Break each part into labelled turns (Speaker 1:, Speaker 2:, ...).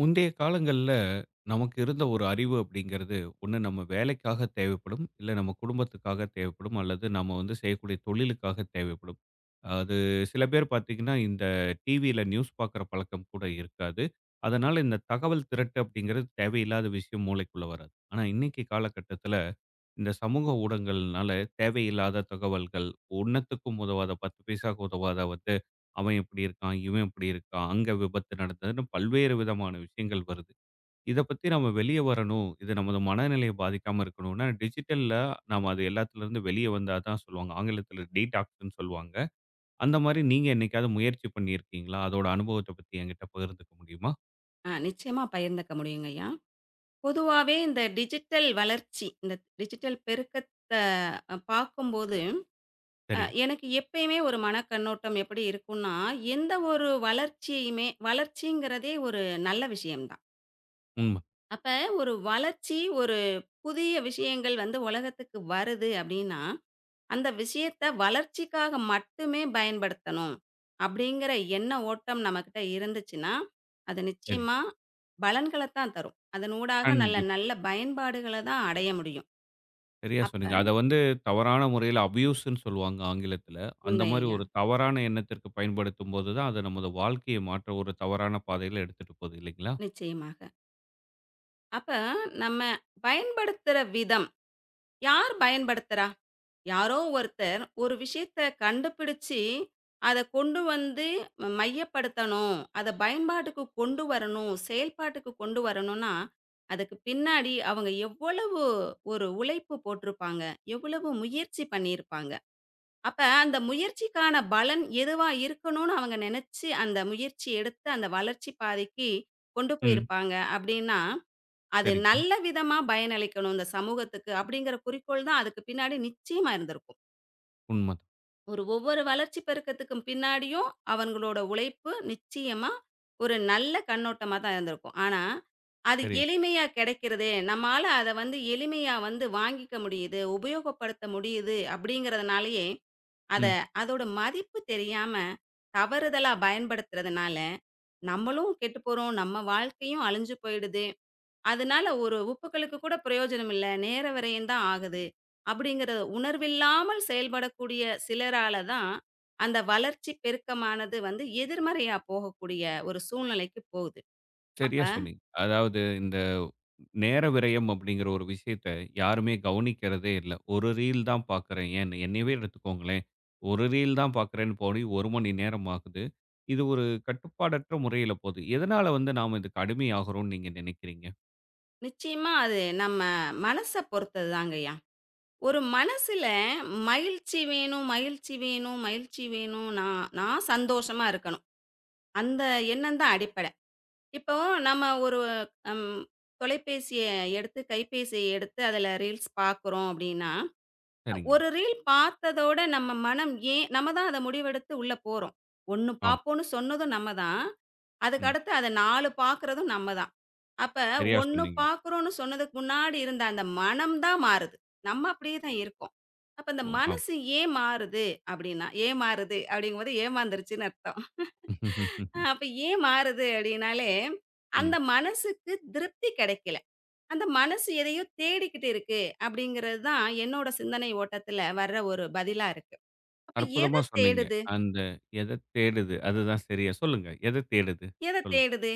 Speaker 1: முந்தைய காலங்கள்ல, நமக்கு இருந்த ஒரு அறிவு அப்படிங்கிறது, ஒண்ணு நம்ம வேலைக்காக தேவைப்படும். இல்ல நம்ம குடும்பத்துக்காக தேவைப்படும். அல்லது நம்ம வந்து செய்யக்கூடிய தொழிலுக்காக தேவைப்படும். அது சில பேர் பார்த்தீங்கன்னா, இந்த டிவியில நியூஸ் பார்க்குற பழக்கம் கூட இருக்காது. அதனால இந்த தகவல் திரட்டு அப்படிங்கிறது தேவையில்லாத விஷயம் மூளைக்குள்ள வராது. ஆனா, இன்னைக்கு காலகட்டத்தில இந்த சமூக ஊடகங்கள்னால தேவையில்லாத தகவல்கள், ஒண்ணத்துக்கும் உதவாத 10 பைசாவுக்கு உதவாத வந்து, "அவன் இப்படி இருக்கான், இவன் இப்படி இருக்கான், அங்க விபத்து நடந்ததுன்னு" பல்வேறு விதமான விஷயங்கள் வருது. இத பத்தி நம்ம வெளிய வரணும். இது நமது மனநிலைய பாதிக்காம இருக்கணும்னா, டிஜிட்டல்ல நாம அது எல்லாத்துலருந்து வெளிய வந்தா தான் சொல்லுவாங்க. ஆங்கிலத்துல டீடாக்ஸ்ன்னு சொல்லுவாங்க. அந்த மாரி நீங்க என்னைக்காவது முயற்சி பண்ணியிருக்கீங்களா? அதோட அனுபவத்த பத்தி என்கிட்ட பகிர்ந்துக்க முடியுமா?
Speaker 2: ஆ நிச்சயமா பகிர்ந்துக்க முடியுங்கய்யா. பொதுவாவே இந்த டிஜிட்டல் வளர்ச்சி, இந்த டிஜிட்டல் பெருக்கத்த பார்க்கும்போது,
Speaker 1: சரி.
Speaker 2: எனக்கு எப்பயுமே ஒரு மனக்கண்ணோட்டம் எப்படி இருக்கும்னா, எந்த ஒரு வளர்ச்சியுமே வளர்ச்சிங்கிறதே ஒரு நல்ல விஷயம் தான்.
Speaker 1: உண்ம.
Speaker 2: அப்ப ஒரு வளர்ச்சி, ஒரு புதிய விஷயங்கள் வந்து உலகத்துக்கு வருது அப்படின்னா, அந்த விஷயத்த வளர்ச்சிக்காக மட்டுமே பயன்படுத்தணும் அப்படிங்கிற எண்ண ஓட்டம் நம்மக்கிட்ட இருந்துச்சுன்னா, அது
Speaker 1: சரி.
Speaker 2: நிச்சயமா பலன்களத்தான் தரும். அதனூடாக நல்ல
Speaker 1: கண்டிப்பா.
Speaker 2: நல்ல பயன்பாடுகள தான் அடைய முடியும்.
Speaker 1: சரியா
Speaker 2: அப்ப
Speaker 1: சொன்னீங்க. அத வந்து தவறான முறையில அபியூஸ்ன்னு சொல்லுவாங்க ஆங்கிலத்தில. அந்த
Speaker 2: உண்மை
Speaker 1: மாரி
Speaker 2: ஐயா.
Speaker 1: ஒரு தவறான எண்ணத்திற்கு பயன்படுத்தும்போது தான், அது நமது வாழ்க்கைய மாற்ற ஒரு தவறான பாதையில எடுத்துட்டு போகுது இல்லைங்களா?
Speaker 2: நிச்சயமாக. அப்ப நம்ம பயன்படுத்துற விதம், யார் பயன்படுத்துறா? யாரோ ஒருத்தர் ஒரு விஷயத்த கண்டுபிடிச்சு, அத கொண்டு வந்து மையப்படுத்தணும். அத பயன்பாட்டுக்கு கொண்டு வரணும், செயல்பாட்டுக்கு கொண்டு வரணும்னா, அதுக்கு பின்னாடி அவங்க எவ்வளவு ஒரு உழைப்பு போட்டிருப்பாங்க, எவ்வளவு முயற்சி பண்ணியிருப்பாங்க. அப்ப அந்த முயற்சிக்கான பலன் எதுவா இருக்கணும்னு அவங்க நெனச்சு, அந்த முயற்சி எடுத்து அந்த வளர்ச்சி பாதைக்கு கொண்டு
Speaker 1: ம்.
Speaker 2: போயிருப்பாங்க அப்டின்னா, அது
Speaker 1: சரிங்க.
Speaker 2: நல்ல விதமா பயனளிக்கணும் இந்த சமூகத்துக்கு அப்டிங்கிற குறிக்கோள் தான் அதுக்கு பின்னாடி நிச்சயமா இருந்திருக்கும்.
Speaker 1: உண்மதான்.
Speaker 2: ஒரு ஒவ்வொரு வளர்ச்சி பெருக்கத்துக்கும் பின்னாடியும் அவங்களோட உழைப்பு நிச்சயமா ஒரு நல்ல கண்ணோட்டமா தான் இருந்திருக்கும். ஆனா, அது
Speaker 1: சரியா சொன்னீங்க.
Speaker 2: எளிமையா கிடைக்கிறதே, நம்மால அத வந்து எளிமையா வந்து வாங்கிக்க முடியுது, உபயோகப்படுத்த முடியுது அப்படிங்கிறதுனாலயே, அத
Speaker 1: ம்.
Speaker 2: அதோட மதிப்பு தெரியாம தவறுதலா பயன்படுத்துறதுனால, நம்மளும் கெட்டுப்போறோம், நம்ம வாழ்க்கையும் அழிஞ்சு போயிடுது. அதனால ஒரு உப்புக்களுக்கு கூட பிரயோஜனம் இல்ல. நேர விரயம் தான் ஆகுது. அப்படிங்கிற உணர்வில்லாமல் செயல்படக்கூடிய சிலரால தான், அந்த வளர்ச்சி பெருக்கமானது வந்து எதிர்மறையா போகக்கூடிய ஒரு சூழ்நிலைக்கு போகுது. அப்ப
Speaker 1: சரியா சொன்னீங்க. அதாவது இந்த நேர விரயம் அப்படிங்கிற ஒரு விஷயத்த யாருமே கவனிக்கிறதே இல்ல. ஒரு ரீல் தான் பார்க்குறேன். ஏன் என்னையவே எடுத்துக்கோங்களேன். ஒரு ரீல் தான் பார்க்குறேன்னு போய் 1 மணி நேரம் ஆகுது. இது ஒரு கட்டுப்பாடற்ற முறையில போகுது. எதனால வந்து நாம இதுக்கு அடிமையாகுறோம்னு நீங்க நினைக்கிறீங்க?
Speaker 2: நிச்சயமா அது நம்ம மனச பொறுத்தது தாங்கய்யா. ஒரு மனசுல மகிழ்ச்சி வேணும், மகிழ்ச்சி வேணும், மகிழ்ச்சி வேணும். நான் நான் சந்தோஷமா இருக்கணும். அந்த எண்ணம் தான் அடிப்படை. இப்போ நம்ம ஒரு ம், தொலைபேசிய எடுத்து, கைபேசிய எடுத்து அதில ரீல்ஸ் பார்க்குறோம் அப்படின்னா,
Speaker 1: சரிங்க.
Speaker 2: ஒரு ரீல் பார்த்ததோட நம்ம மனம் ஏன் நம்ம தான் அத முடிவெடுத்து உள்ள போறோம். 1
Speaker 1: ஆ.
Speaker 2: பார்ப்போம்ன்னு சொன்னதும் நம்ம தான். அதுக்கு
Speaker 1: ம்.
Speaker 2: அடுத்து அத 4 பார்க்குறதும் நம்ம தான். அப்ப
Speaker 1: சரியா
Speaker 2: 1
Speaker 1: சொன்னீங்க.
Speaker 2: பார்க்குறோம்ன்னு சொன்னதுக்கு முன்னாடி இருந்த அந்த மனம் தான் மாறுது. நம்ம அப்படியே தான் இருக்கோம். அப்ப அந்த
Speaker 1: ஓ ஆம்.
Speaker 2: மனசு ஏன் மாறுது அப்படின்னா, ஏன் மாறுது அப்படிங்கும்போது ஏமாந்துருச்சுன்னு அர்த்தம். அப்ப ஏன் மாறுது அப்படின்னாலே,
Speaker 1: ம்.
Speaker 2: அந்த மனசுக்கு திருப்தி கிடைக்கல. அந்த மனசு எதையோ தேடிக்கிட்டு இருக்கு அப்படிங்கிறது தான் என்னோட சிந்தனை ஓட்டத்துல வர்ற ஒரு பதிலா இருக்கு. அப்ப
Speaker 1: அற்புதமா
Speaker 2: எத
Speaker 1: சொன்னீங்க.
Speaker 2: தேடுது?
Speaker 1: அந்த எத தேடுது? அதுதான் சரியா சொல்லுங்க. எத தேடுது?
Speaker 2: எத
Speaker 1: சொல்லுங்க,
Speaker 2: தேடுது?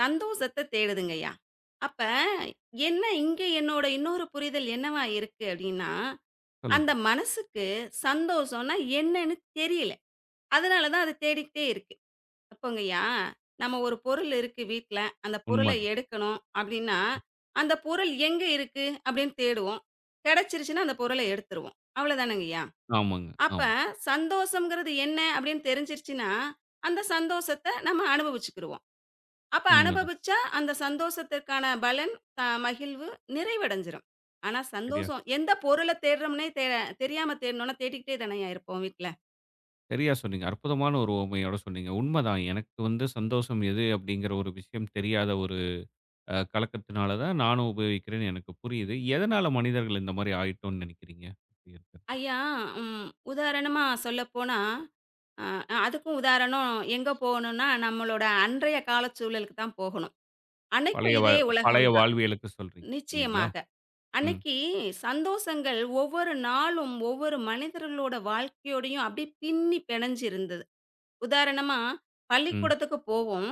Speaker 2: சந்தோஷத்த தேடுதுங்கய்யா. அப்ப என்ன இங்க என்னோட இன்னொரு புரிதல் என்னவா இருக்கு அப்படின்னா,
Speaker 1: சொல்லுங்க.
Speaker 2: அந்த மனசுக்கு சந்தோஷம்னா என்னன்னு தெரியல. அதனால தான் அது தேடிக்கிட்டே இருக்கு. தப்புங்கய்யா. நம்ம ஒரு பொருள் இருக்கு வீட்ல. அந்த பொருள
Speaker 1: உண்மதான்.
Speaker 2: எடுக்கணும் அப்டின்னா, அந்த பொருள் எங்க இருக்கு அப்டின்னு தேடுவோம். கிடைச்சிருச்சுன்னா அந்த பொருள எடுத்துருவோம். அவ்வளோதானங்கய்யா.
Speaker 1: ஆமாங்க.
Speaker 2: அப்ப
Speaker 1: ஆமா.
Speaker 2: சந்தோஷம்ங்கிறது என்ன அப்டின்னு தெரிஞ்சிருச்சுன்னா, அந்த சந்தோஷத்த நம்ம அனுபவிச்சுக்கிருவோம். அப்ப
Speaker 1: உண்மதான்.
Speaker 2: அனுபவிச்சா அந்த சந்தோஷத்திற்கான பலன், த மகிழ்வு நிறைவடைஞ்சிரும். ஆனா
Speaker 1: சரியா சொ
Speaker 2: சந்தோஷம் எந்த பொருள தேடுறோம்னே தெரியாம தேடணும்னா தேடிக்கிட்டே தானேய்யா இருப்போம் வீட்ல.
Speaker 1: சரியா சொன்னீங்க. அற்புதமான ஒரு உவமையோட சொன்னீங்க. உண்மதான். எனக்கு வந்து சந்தோஷம் எது அப்படிங்கிற ஒரு விஷயம் தெரியாத ஒரு கலக்கத்தினால தான் நானும் உபயோகிக்கிறேன்னு எனக்கு புரியுது. எதனால மனிதர்கள் இந்த மாரி ஆயிட்டோம்னு நெனைக்கிறீங்க?
Speaker 2: ஐயா உதாரணமா சொல்லப்போனா அ அதுக்கும் உதாரணம் எங்க போகணும்னா, நம்மளோட அன்றைய காலச்சூழலுக்கு தான் போகணும். அன்னைக்கும்
Speaker 1: பழைய வ
Speaker 2: இதே
Speaker 1: பழைய
Speaker 2: உலகம் தான்.
Speaker 1: வாழ்வியலுக்கு சொல்றீங்க இல்லைங்களா?
Speaker 2: நிச்சயமாக.
Speaker 1: ம்,
Speaker 2: அன்னைக்கு சந்தோஷங்கள் ஒவ்வொரு நாளும், ஒவ்வொரு மனிதர்களோட வாழ்க்கையோடையும் அப்படியே பின்னி பிணைஞ்சு இருந்தது. உதாரணமா,
Speaker 1: ம்.
Speaker 2: பள்ளிக்கூடத்துக்கு போவோம்.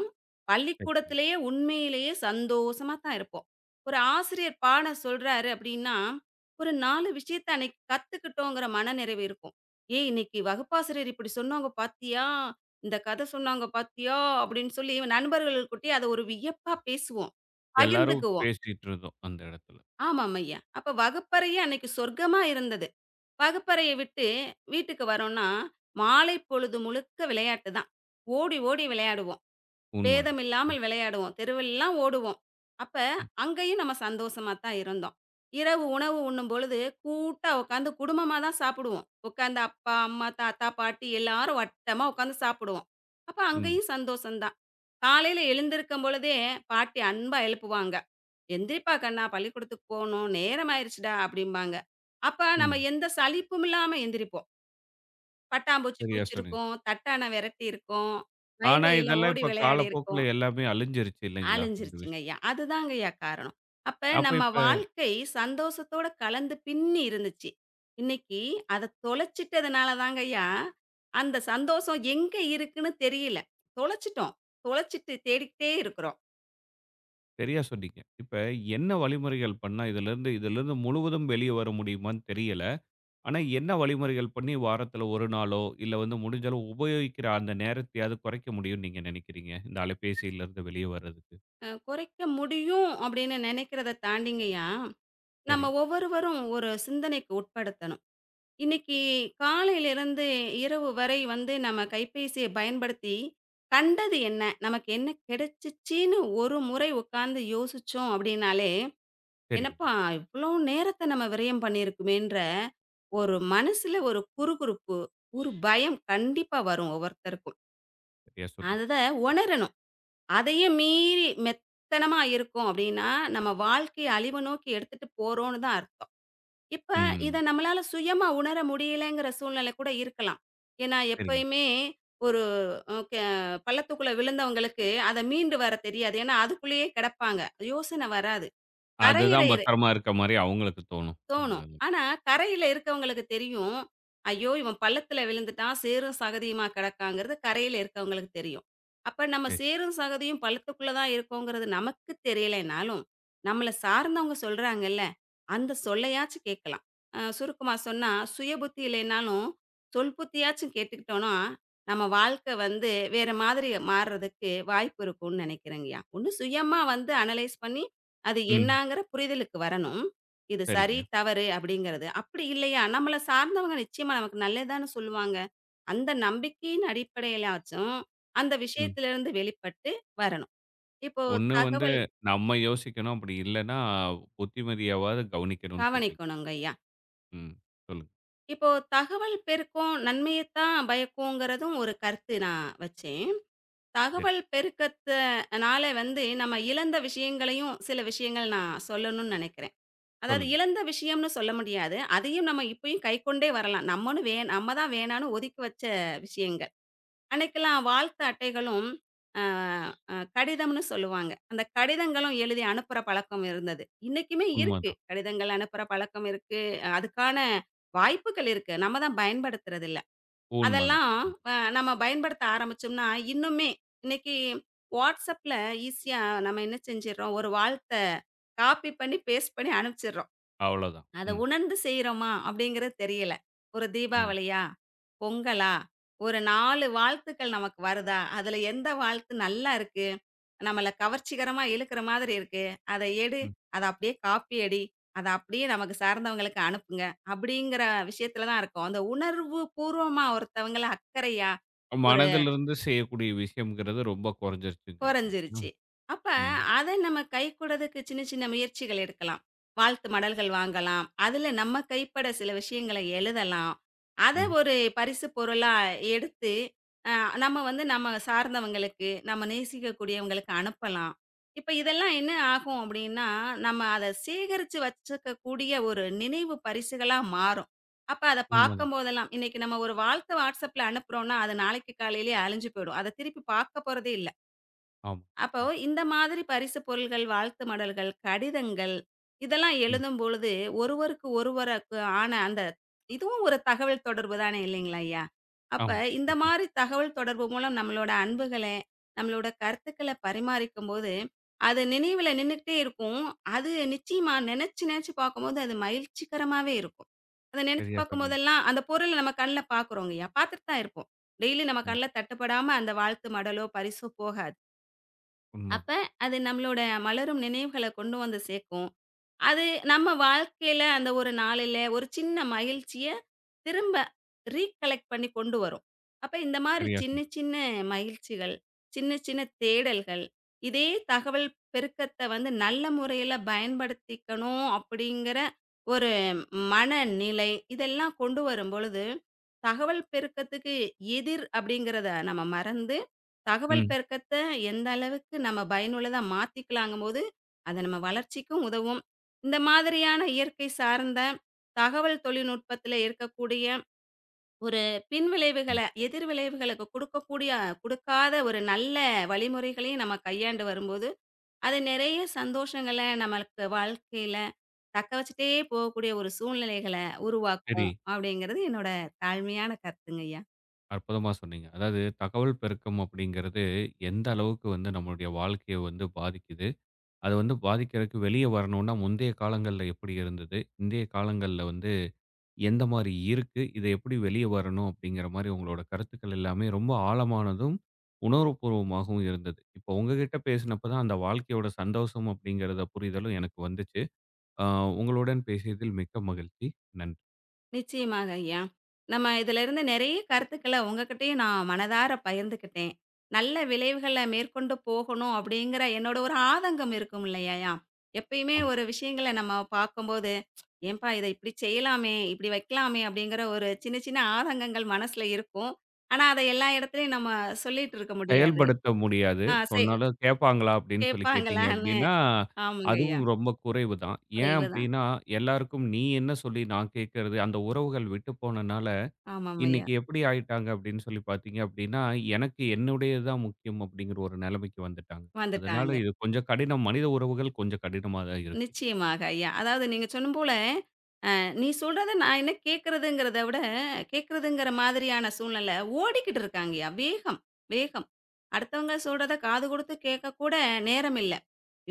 Speaker 1: சரிங்க.
Speaker 2: பள்ளிக்கூடத்திலேயே உண்மையிலேயே சந்தோஷமா தான் இருப்போம். ஒரு ஆசிரியர் பாடம் சொல்றாரு அப்படின்னா, ஒரு 4 விஷயத்த அன்னைக்கு கத்துக்கிட்டோங்கிற மனநிறைவு இருக்கும். "ஏய்! இன்னைக்கு வகுப்பாசிரியர் இப்படி சொன்னாங்க பாத்தியா? இந்த கதை சொன்னாங்க பாத்தியா?" அப்படின்னு சொல்லி நண்பர்களுக்கூட்டி அத ஒரு வியப்பா பேசுவோம்.
Speaker 1: எல்லாரும்
Speaker 2: பகிர்ந்துக்குவோம்.
Speaker 1: பேசிட்டு இருந்தோம் அந்த இடத்துல.
Speaker 2: ஆமாம் ஐயா. அப்ப வகுப்பறையே அன்னைக்கு சொர்க்கமா இருந்தது. வகுப்பறைய விட்டு வீட்டுக்கு வரோம்னா, மாலை பொழுது முழுக்க விளையாட்டு தான். ஓடி, ஓடி விளையாடுவோம். பேதம்
Speaker 1: உண்மதான். ம்,
Speaker 2: இல்லாமல் விளையாடுவோம். தெருவெல்லாம் ஓடுவோம். அப்ப
Speaker 1: ம்.
Speaker 2: அங்கேயும் நம்ம சந்தோஷமா தான் இருந்தோம். இரவு உணவு உண்ணும் பொழுது கூட்டா உட்காந்து குடும்பமா தான் சாப்பிடுவோம். உட்காந்து அப்பா, அம்மா, தாத்தா, பாட்டி எல்லாரும் வட்டமா உட்காந்து சாப்பிடுவோம். அப்ப
Speaker 1: உண்ம,
Speaker 2: அங்கேயும் சந்தோஷம் தான். காலையில எழுந்திருக்கும் பொழுதே பாட்டி அன்பா எழுப்புவாங்க. "எந்திரிப்பா கண்ணா! பள்ளிக்கூடத்துக்கு போணும். நேரம் ஆயிருச்சுடா" அப்படிம்பாங்க. அப்ப
Speaker 1: உண்ம.
Speaker 2: நம்ம எந்த சலிப்பும் இல்லாம எந்திரிப்போம். பட்டாம்பூச்சி
Speaker 1: சரியா சொன்னீங்க.
Speaker 2: புடிச்சிருக்கும், தட்டான விரட்டியிருக்கும்,
Speaker 1: ஆனா,
Speaker 2: வயல்வெளியில
Speaker 1: இதெல்லாம்
Speaker 2: ஓடி
Speaker 1: இப்ப
Speaker 2: விளையாடியிருக்கோம்.
Speaker 1: காலப்போக்குல எல்லாமே அழிஞ்சிருச்சு இல்லைங்களா? இந்த விஷயம்.
Speaker 2: அலைஞ்சிருச்சுங்கய்யா. அதுதாங்கய்யா காரணம். அப்ப
Speaker 1: அப்ப
Speaker 2: நம்ம
Speaker 1: இப்ப
Speaker 2: வாழ்க்கை சந்தோஷத்தோட கலந்து பின்னி இருந்துச்சு. இன்னைக்கு அத தொலைச்சிட்டதுனால தாங்கய்யா, அந்த சந்தோஷம் எங்க இருக்குன்னு தெரியல. தொலைச்சிட்டோம். தொலைச்சிட்டு தேடிக்கிட்டே இருக்கிறோம்.
Speaker 1: சரியா சொன்னீங்க. இப்ப என்ன வழிமுறைகள் பண்ணா இதிலிருந்து இதிலிருந்து முழுவதும் வெளிய வர முடியுமான்னு தெரியல. ஆனா, என்ன வழிமுறைகள் பண்ணி வாரத்துல 1 நாளோ, இல்ல வந்து முடிஞ்ச அளவு உபயோகிக்கிற அந்த நேரத்தையாவது குறைக்க முடியும்னு நீங்க நினைக்கிறீங்க? இந்த அலைபேசியிலிருந்து வெளிய வர்றதுக்கு.
Speaker 2: குறைக்க முடியும் அப்படின்னு நினைக்கிறத தாண்டிங்கயா, நம்ம
Speaker 1: சரி,
Speaker 2: ஒவ்வொருவரும் ஒரு சிந்தனைக்கு உட்படுத்தணும். இன்னைக்கு காலையிலிருந்து இரவு வரை வந்து நம்ம கைபேசியை பயன்படுத்தி, கண்டது என்ன? நமக்கு என்ன கிடைச்சிச்சின்னு ஒரு முறை உட்கார்ந்து யோசிச்சோம் அப்படின்னாலே,
Speaker 1: சரிங்க.
Speaker 2: "என்னப்பா இவ்வளோ நேரத்த நம்ம விரயம் பண்ணியிருக்குமேன்ற" ஒரு மனசுல ஒரு குறுகுறுப்பு, ஒரு பயம் கண்டிப்பா வரும் ஒவ்வொருத்தருக்கும்.
Speaker 1: சரியா சொன்னீங்க.
Speaker 2: அத உணரணும். அதையும் மீறி மெத்தனமா இருக்கும் அப்படின்னா, நம்ம வாழ்க்கைய அழிவு நோக்கி எடுத்துட்டு போறோம்னு தான் அர்த்தம். இப்ப இத
Speaker 1: ம்.
Speaker 2: நம்மளால சுயமா உணர முடியலைங்கிற சூழ்நிலை கூட இருக்கலாம். ஏன்னா
Speaker 1: சரிங்க.
Speaker 2: எப்பயுமே ஒரு அ கெ பள்ளத்துக்குள்ள விழுந்தவங்களுக்கு அத மீண்டு வர தெரியாது. ஏன்னா அதுக்குள்ளேயே கிடப்பாங்க. யோசனை வராது. கரையிற
Speaker 1: அதுதான் பத்திரமா இருக்க மாரி அவங்களுக்கு தோணும்.
Speaker 2: தோணும். ஆனா கரையில இருக்கவங்களுக்கு தெரியும். ஐயோ! இவன் பள்ளத்துல விழுந்துட்டான். சேரும் சகதியுமா கிடக்காங்கிறது கரையில இருக்கவங்களுக்கு தெரியும். அப்ப நம்ம
Speaker 1: சரி.
Speaker 2: சேரும் சகதியும் பள்ளத்துக்குள்ள தான் இருக்கோங்கிறது நமக்கு தெரியலைனாலும், நம்மள சார்ந்தவங்க சொல்றாங்கல்ல, அந்த சொல்லையாச்சு கேட்கலாம். சுருக்கமா சொன்னா, சுய புத்தி இல்லைனாலும், சொல் புத்தியாச்சும் கேட்டுக்கிட்டோம்னா, நம்ம வாழ்க்கை வந்து வேற மாதிரி மாறுறதுக்கு வாய்ப்பு இருக்கும்னு நினைக்கிறேங்கய்யா. ஒண்ணு சுயமா வந்து அனலைஸ் பண்ணி, அது
Speaker 1: ம்.
Speaker 2: என்னாங்கிற புரிதலுக்கு வரணும். இது சரி,
Speaker 1: சரிங்க.
Speaker 2: தவறு அப்படிங்கிறது. அப்படி இல்லையா, நம்மள சார்ந்தவங்க நிச்சயமா நமக்கு நல்லதுதான்னு சொல்லுவாங்க. அந்த நம்பிக்கையின் அடிப்படையிலாச்சும், அந்த
Speaker 1: ம்.
Speaker 2: விஷயத்திலிருந்து வெளிப்பட்டு வரணும். இப்போ
Speaker 1: ஒண்ணு வந்து
Speaker 2: தகவல்
Speaker 1: நம்ம யோசிக்கணும். அப்படி இல்லன்னா, புத்திமதியாவாவது கவனிக்கணும்னு சொல்றீங்க.
Speaker 2: கவனிக்கணுங்கய்யா.
Speaker 1: ம். சொல்லுங்க.
Speaker 2: இப்போ தகவல் பெருக்கம் நன்மையத்தான் பயக்குங்கிறதும் ஒரு கருத்து நான் வச்சேன்.
Speaker 1: சரி.
Speaker 2: தகவல் பெருக்கத்தனால வந்து நம்ம இழந்த விஷயங்களையும் சில விஷயங்கள் நான் சொல்லணும்னு நெனைக்கிறேன். அதாவது
Speaker 1: சொல்லுங்க.
Speaker 2: இழந்த விஷயம்னு சொல்ல முடியாது. அதையும் நம்ம இப்பயும் கைக்கொண்டே வரலாம். நம்மன்னு நம்ம தான் வேணான்னு ஒதுக்கி வச்ச விஷயங்கள். அன்னைக்கெல்லாம் வாழ்த்து அட்டைகளும், அ அ கடிதம்னு சொல்லுவாங்க. அந்த கடிதங்களும் எழுதி அனுப்புற பழக்கம் இருந்தது. இன்னைக்குமே இருக்கு.
Speaker 1: உண்மதான்.
Speaker 2: கடிதங்கள் அனுப்புற பழக்கம் இருக்கு. அதுக்கான வாய்ப்புகள் இருக்கு. நம்ம தான் பயன்படுத்துறதில்ல.
Speaker 1: உண்மதான்.
Speaker 2: அதெல்லாம்
Speaker 1: ம்.
Speaker 2: நம்ம பயன்படுத்த ஆரம்பிச்சோம்னா, இன்னுமே இன்னைக்கு WhatsAppல ஈஸியா நம்ம என்ன செஞ்சிடுறோம், ஒரு வாழ்த்த காப்பி பண்ணி, பேஸ்ட் பண்ணி அனுப்பிச்சிடுறோம்.
Speaker 1: அவ்வளோதான்.
Speaker 2: அத
Speaker 1: ம்.
Speaker 2: உணர்ந்து செய்றோமா? அப்படிங்கிறது தெரியல. ஒரு
Speaker 1: உண்ம.
Speaker 2: தீபாவளியா? பொங்கலா? ஒரு 4 வாழ்த்துக்கள் நமக்கு வருதா? அதுல எந்த வாழ்த்து நல்லா இருக்கு? நம்மள கவர்ச்சிகரமா இழுக்கிற மாதிரி இருக்கு. அத எடு.
Speaker 1: ம்.
Speaker 2: அத அப்படியே காப்பி அடி. அத அப்படியே நமக்கு சார்ந்தவங்களுக்கு அனுப்புங்க. அப்படிங்கிற விஷயத்துல தான் இருக்கோம். அந்த உணர்வு பூர்வமா ஒருத்தவங்கள அக்கறையா
Speaker 1: மனதிலிருந்து செய்யக்கூடிய விஷயம்ங்கிறது ரொம்ப குறைஞ்சிருச்சுங்கிறீங்க இல்லையா?
Speaker 2: குறைஞ்சிருச்சு. அப்ப
Speaker 1: ம்.
Speaker 2: அத நம்ம கைக்கூடதுக்கு சின்ன சின்ன முயற்சிகள் எடுக்கலாம். வாழ்த்து மடல்கள் வாங்கலாம். அதுல நம்ம கைப்பட சில விஷயங்கள எழுதலாம். அத
Speaker 1: ம்.
Speaker 2: ஒரு பரிசு பொருளா எடுத்து, அ நம்ம வந்து நம்ம சார்ந்தவங்களுக்கு, நம்ம நேசிக்கக்கூடியவங்களுக்கு அனுப்பலாம். இப்ப இதெல்லாம் என்ன ஆகும் அப்படின்னா, நம்ம அத சேகரிச்சு வச்சுக்கக்கூடிய ஒரு நினைவு பரிசுகளா மாறும். அப்ப அத
Speaker 1: உண்மதான்.
Speaker 2: பார்க்கும்போதெல்லாம், இன்னைக்கு நம்ம ஒரு வாழ்த்த WhatsAppல அனுப்புறோம்னா, அது நாளைக்கு காலையிலேயே அழிஞ்சு போயிடும். அத திருப்பி பார்க்க போறதே இல்ல.
Speaker 1: ஆமா.
Speaker 2: அப்போ
Speaker 1: ஆமா.
Speaker 2: இந்த மாதிரி பரிசு பொருள்கள், வாழ்த்து மடல்கள், கடிதங்கள் இதெல்லாம்
Speaker 1: ம்.
Speaker 2: எழுதும்பொழுது ஒருவருக்கு ஒருவருக்கு ஆன அந்த இதுவும் ஒரு தகவல் தொடர்பு தானே இல்லைங்களா ஐயா? அப்ப
Speaker 1: ஆமா.
Speaker 2: இந்த
Speaker 1: சரியா
Speaker 2: மாரி தகவல் தொடர்பு மூலம் நம்மளோட அன்புகளை, நம்மளோட கருத்துக்கள பரிமாறிக்கும்போது, அது நினைவுல நின்னுக்கிட்டே இருக்கும். அது நிச்சயமா நினைச்சு நினைச்சு பார்க்கும்போது அது மகிழ்ச்சிகரமாவே இருக்கும். அத நினைச்சு
Speaker 1: சரியா சொன்னீங்க.
Speaker 2: பார்க்கும்போதெல்லாம் அந்த பொருள நம்ம கண்ல பார்க்குறோங்கய்யா. பார்த்துட்டு தான் இருப்போம். டெய்லி நம்ம
Speaker 1: ம்.
Speaker 2: கண்ல தட்டுப்படாம அந்த வாழ்த்து மடலோ, பரிசோ போகாது.
Speaker 1: உண்மதான்.
Speaker 2: அப்ப அது நம்மளோட மலரும் நினைவுகள கொண்டு வந்து சேர்க்கும். அது நம்ம வாழ்க்கையில அந்த ஒரு நாளில ஒரு சின்ன மகிழ்ச்சிய திரும்ப ரீகலெக்ட் பண்ணி கொண்டு வரும். அப்ப இந்த மாரி
Speaker 1: சரியா
Speaker 2: சின்ன
Speaker 1: சொன்னீங்க.
Speaker 2: சின்ன மகிழ்ச்சிகள், சின்ன சின்ன தேடல்கள், இதே தகவல் பெருக்கத்த வந்து நல்ல முறையில பயன்படுத்திக்கணும் அப்படிங்கிற ஒரு மனநிலை, இதெல்லாம் கொண்டு வரும்பொழுது, தகவல் பெருக்கத்துக்கு எதிர் அப்படிங்கிறத நம்ம மறந்து, தகவல்
Speaker 1: ம்.
Speaker 2: பெருக்கத்த எந்த அளவுக்கு நம்ம பயனுள்ளதா மாத்திக்கலாங்கும்போது, அது நம்ம வளர்ச்சிக்கும் உதவும். இந்த மாதிரியான இயற்கை சார்ந்த தகவல் தொழில்நுட்பத்தில இருக்கக்கூடிய ஒரு
Speaker 1: ம்.
Speaker 2: பின்விளைவுகள, எதிர்விளைவுகளுக்கு குடுக்கக்கூடிய குடுக்காத ஒரு நல்ல வழிமுறைகளையும் நம்ம கையாண்டு வரும்போது, அது நிறைய சந்தோஷங்கள நமக்கு வாழ்க்கையில தக்க வச்சுட்டே போகக்கூடிய ஒரு சூழ்நிலைகள
Speaker 1: சரி.
Speaker 2: உருவாக்கும். அப்படிங்கிறது என்னோட தாழ்மையான கருத்துங்கய்யா.
Speaker 1: அற்புதமா சொன்னீங்க. அதாவது தகவல் பெருக்கம் அப்படிங்கிறது எந்த அளவுக்கு வந்து நம்மளுடைய வாழ்க்கைய வந்து பாதிக்குது. அது வந்து பாதிக்கிறதுக்கு வெளிய வரணும்னா முந்தைய காலங்கள்ல எப்படி இருந்தது? இன்றைய காலங்கள்ல வந்து எந்த மாரி இருக்கு? இத எப்படி வெளிய வரணும்? அப்படிங்கிற மாரி உங்களோட கருத்துக்கள் எல்லாமே ரொம்ப ஆழமானதும், உணர்வுபூர்வமாகவும் இருந்தது. இப்போ உங்ககிட்ட பேசினப்ப தான் அந்த வாழ்க்கையோட சந்தோஷம் அப்படிங்கிறத புரிதலும் எனக்கு வந்துச்சு. அ உங்களுடன் பேசியதில் மிக்க மகிழ்ச்சி. நன்றி.
Speaker 2: நிச்சயமாக ஐயா. நம்ம இதிலிருந்து நெறைய கருத்துக்கள உங்ககிட்டயும் நான் மனதார பகிர்ந்துக்கிட்டேன். நல்ல விளைவுகள மேற்கொண்டு போகணும் அப்டிங்கிற என்னோட ஒரு ஆதங்கம் இருக்கும் இல்லையாயா? எப்பயுமே ஒரு விஷயங்கள நம்ம பார்க்கும்போது, "ஏன்பா இத இப்டி செய்யலாமே, இப்டி வைக்கலாமே" அப்டிங்கிற ஒரு சின்ன சின்ன ஆதங்கங்கள் மனசுல இருக்கும். ஆனா, அத எல்லா இடத்துலயும் நம்ம சொல்லிட்டு இருக்க முடியாது.
Speaker 1: செயல்படுத்த முடியாது.
Speaker 2: ஆ
Speaker 1: சொன்னாலும் கேட்பாங்களா அப்படின்னு சொல்லி கேட்டீங்க
Speaker 2: கேட்பாங்களான்னு.
Speaker 1: அப்படின்னா,
Speaker 2: ஆமாங்க ஐயா.
Speaker 1: அதுவும் ரொம்ப குறைவு தான். ஏன்
Speaker 2: குறைவு தான்.
Speaker 1: அப்படின்னா, எல்லாருக்கும் நீ என்ன சொல்லி நான் கேட்கறது, அந்த உறவுகள் விட்டு போனனால,
Speaker 2: ஆமாம் ஐயா.
Speaker 1: இன்னைக்கு எப்படி ஆயிட்டாங்க அப்படின்னு சொல்லி பார்த்தீங்க அப்படின்னா, எனக்கு என்னுடையது தான் முக்கியம் அப்படிங்கிற ஒரு நிலைமைக்கு வந்துட்டாங்க. அதனால
Speaker 2: வந்துட்டாங்க.
Speaker 1: இது கொஞ்சம் கடினம். மனித உறவுகள் கொஞ்சம் கடினமா தான் இருக்கு.
Speaker 2: நிச்சயமாக ஐயா. அதாவது நீங்க சொன்னும் போல நீ சொல்றத நான் என்ன கேட்கிறதுங்கிறத விட, கேட்கிறதுங்கிற மாதிரியான சூழ்நிலை ஓடிக்கிட்டு இருக்காங்கயா. வேகம், வேகம். அடுத்தவங்க சொல்றத காது குடுத்து கேட்க கூட நேரம் இல்ல.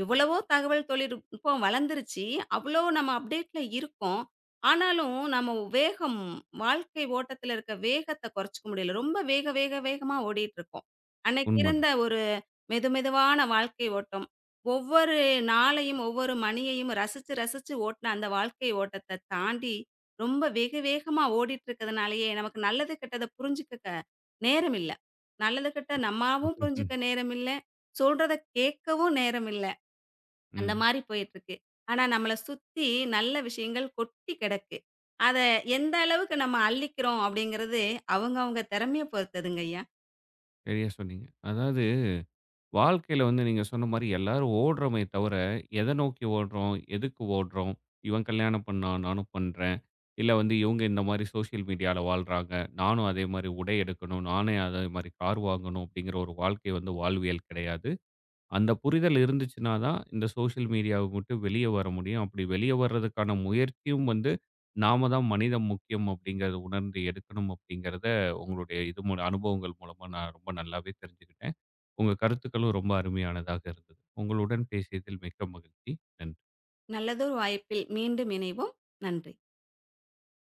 Speaker 2: எவ்வளவோ தகவல் தொழில்நுட்பம் வளர்ந்துருச்சு. அவ்வளோ நம்ம அப்டேட்ல இருக்கோம். ஆனாலும் நம்ம வேகம், வாழ்க்கை ஓட்டத்தில இருக்க வேகத்த குறைச்சுக்க முடியல. ரொம்ப வேக, வேக, வேகமா ஓடிட்டு இருக்கோம். அன்னைக்கு இருந்த
Speaker 1: உண்மதான்.
Speaker 2: ஒரு மெது மெதுவான வாழ்க்கை ஓட்டம். ஒவ்வொரு நாளையும், ஒவ்வொரு மணியையும் ரசிச்சு, ரசிச்சு ஓட்டுன அந்த வாழ்க்கை ஓட்டத்த தாண்டி, ரொம்ப வெகு வேகமா ஓடிட்டு இருக்கிறதுனாலேயே, நமக்கு நல்லது, கெட்டத புரிஞ்சுக்கக்க நேரம் இல்ல. நல்லது, கெட்ட நம்மாவும்
Speaker 1: ம்.
Speaker 2: புரிஞ்சுக்க நேரம் இல்ல. சொல்றத கேட்கவும் நேரம் இல்ல. அந்த
Speaker 1: ம்,
Speaker 2: மாரி போயிட்டுருக்கு. ஆனா, நம்மள சுத்தி நல்ல விஷயங்கள் கொட்டி கிடக்கு. அத எந்த அளவுக்கு நம்ம அள்ளிக்கிறோம் அப்படிங்கிறது, அவங்கவங்க திறமைய பொறுத்ததுங்கய்யா.
Speaker 1: சரியா சொன்னீங்க. அதாவது வாழ்க்கையில வந்து நீங்க சொன்ன மாரி எல்லாரும் ஓடுறோமே தவிர, எத நோக்கி ஓடுறோம்? எதுக்கு ஓடுறோம்? இவன் கல்யாணம் பண்ணா நானும் பண்றேன். இல்ல வந்து இவங்க இந்த மாரி சோசியல் மீடியால வாழ்றாங்க. நானும் அதே மாரி உடை எடுக்கணும். நானே அதே மாரி கார் வாங்கணும் அப்படிங்கிற ஒரு வாழ்க்கை வந்து வாழ்வியல் கிடையாது. அந்த புரிதல் இருந்துச்சுன்னா தான் இந்த சோசியல் மீடியாவ விட்டு வெளிய வர முடியும். அப்படி வெளிய வர்றதுக்கான முயற்சியும் வந்து நாம தான் மனிதம் முக்கியம் அப்படிங்கிறத உணர்ந்து எடுக்கணும் அப்படிங்கிறத உங்களுடைய இது மூல அனுபவங்கள் மூலமா நான் ரொம்ப நல்லாவே தெரிஞ்சுக்கிட்டேன். உங்க கருத்துக்களும் ரொம்ப அருமையானதாக இருந்தது. உங்களுடன் பேசியதில் மிக்க மகிழ்ச்சி. நன்றி.
Speaker 2: நல்லதொரு வாய்ப்பில் மீண்டும் இணைவோம். நன்றி.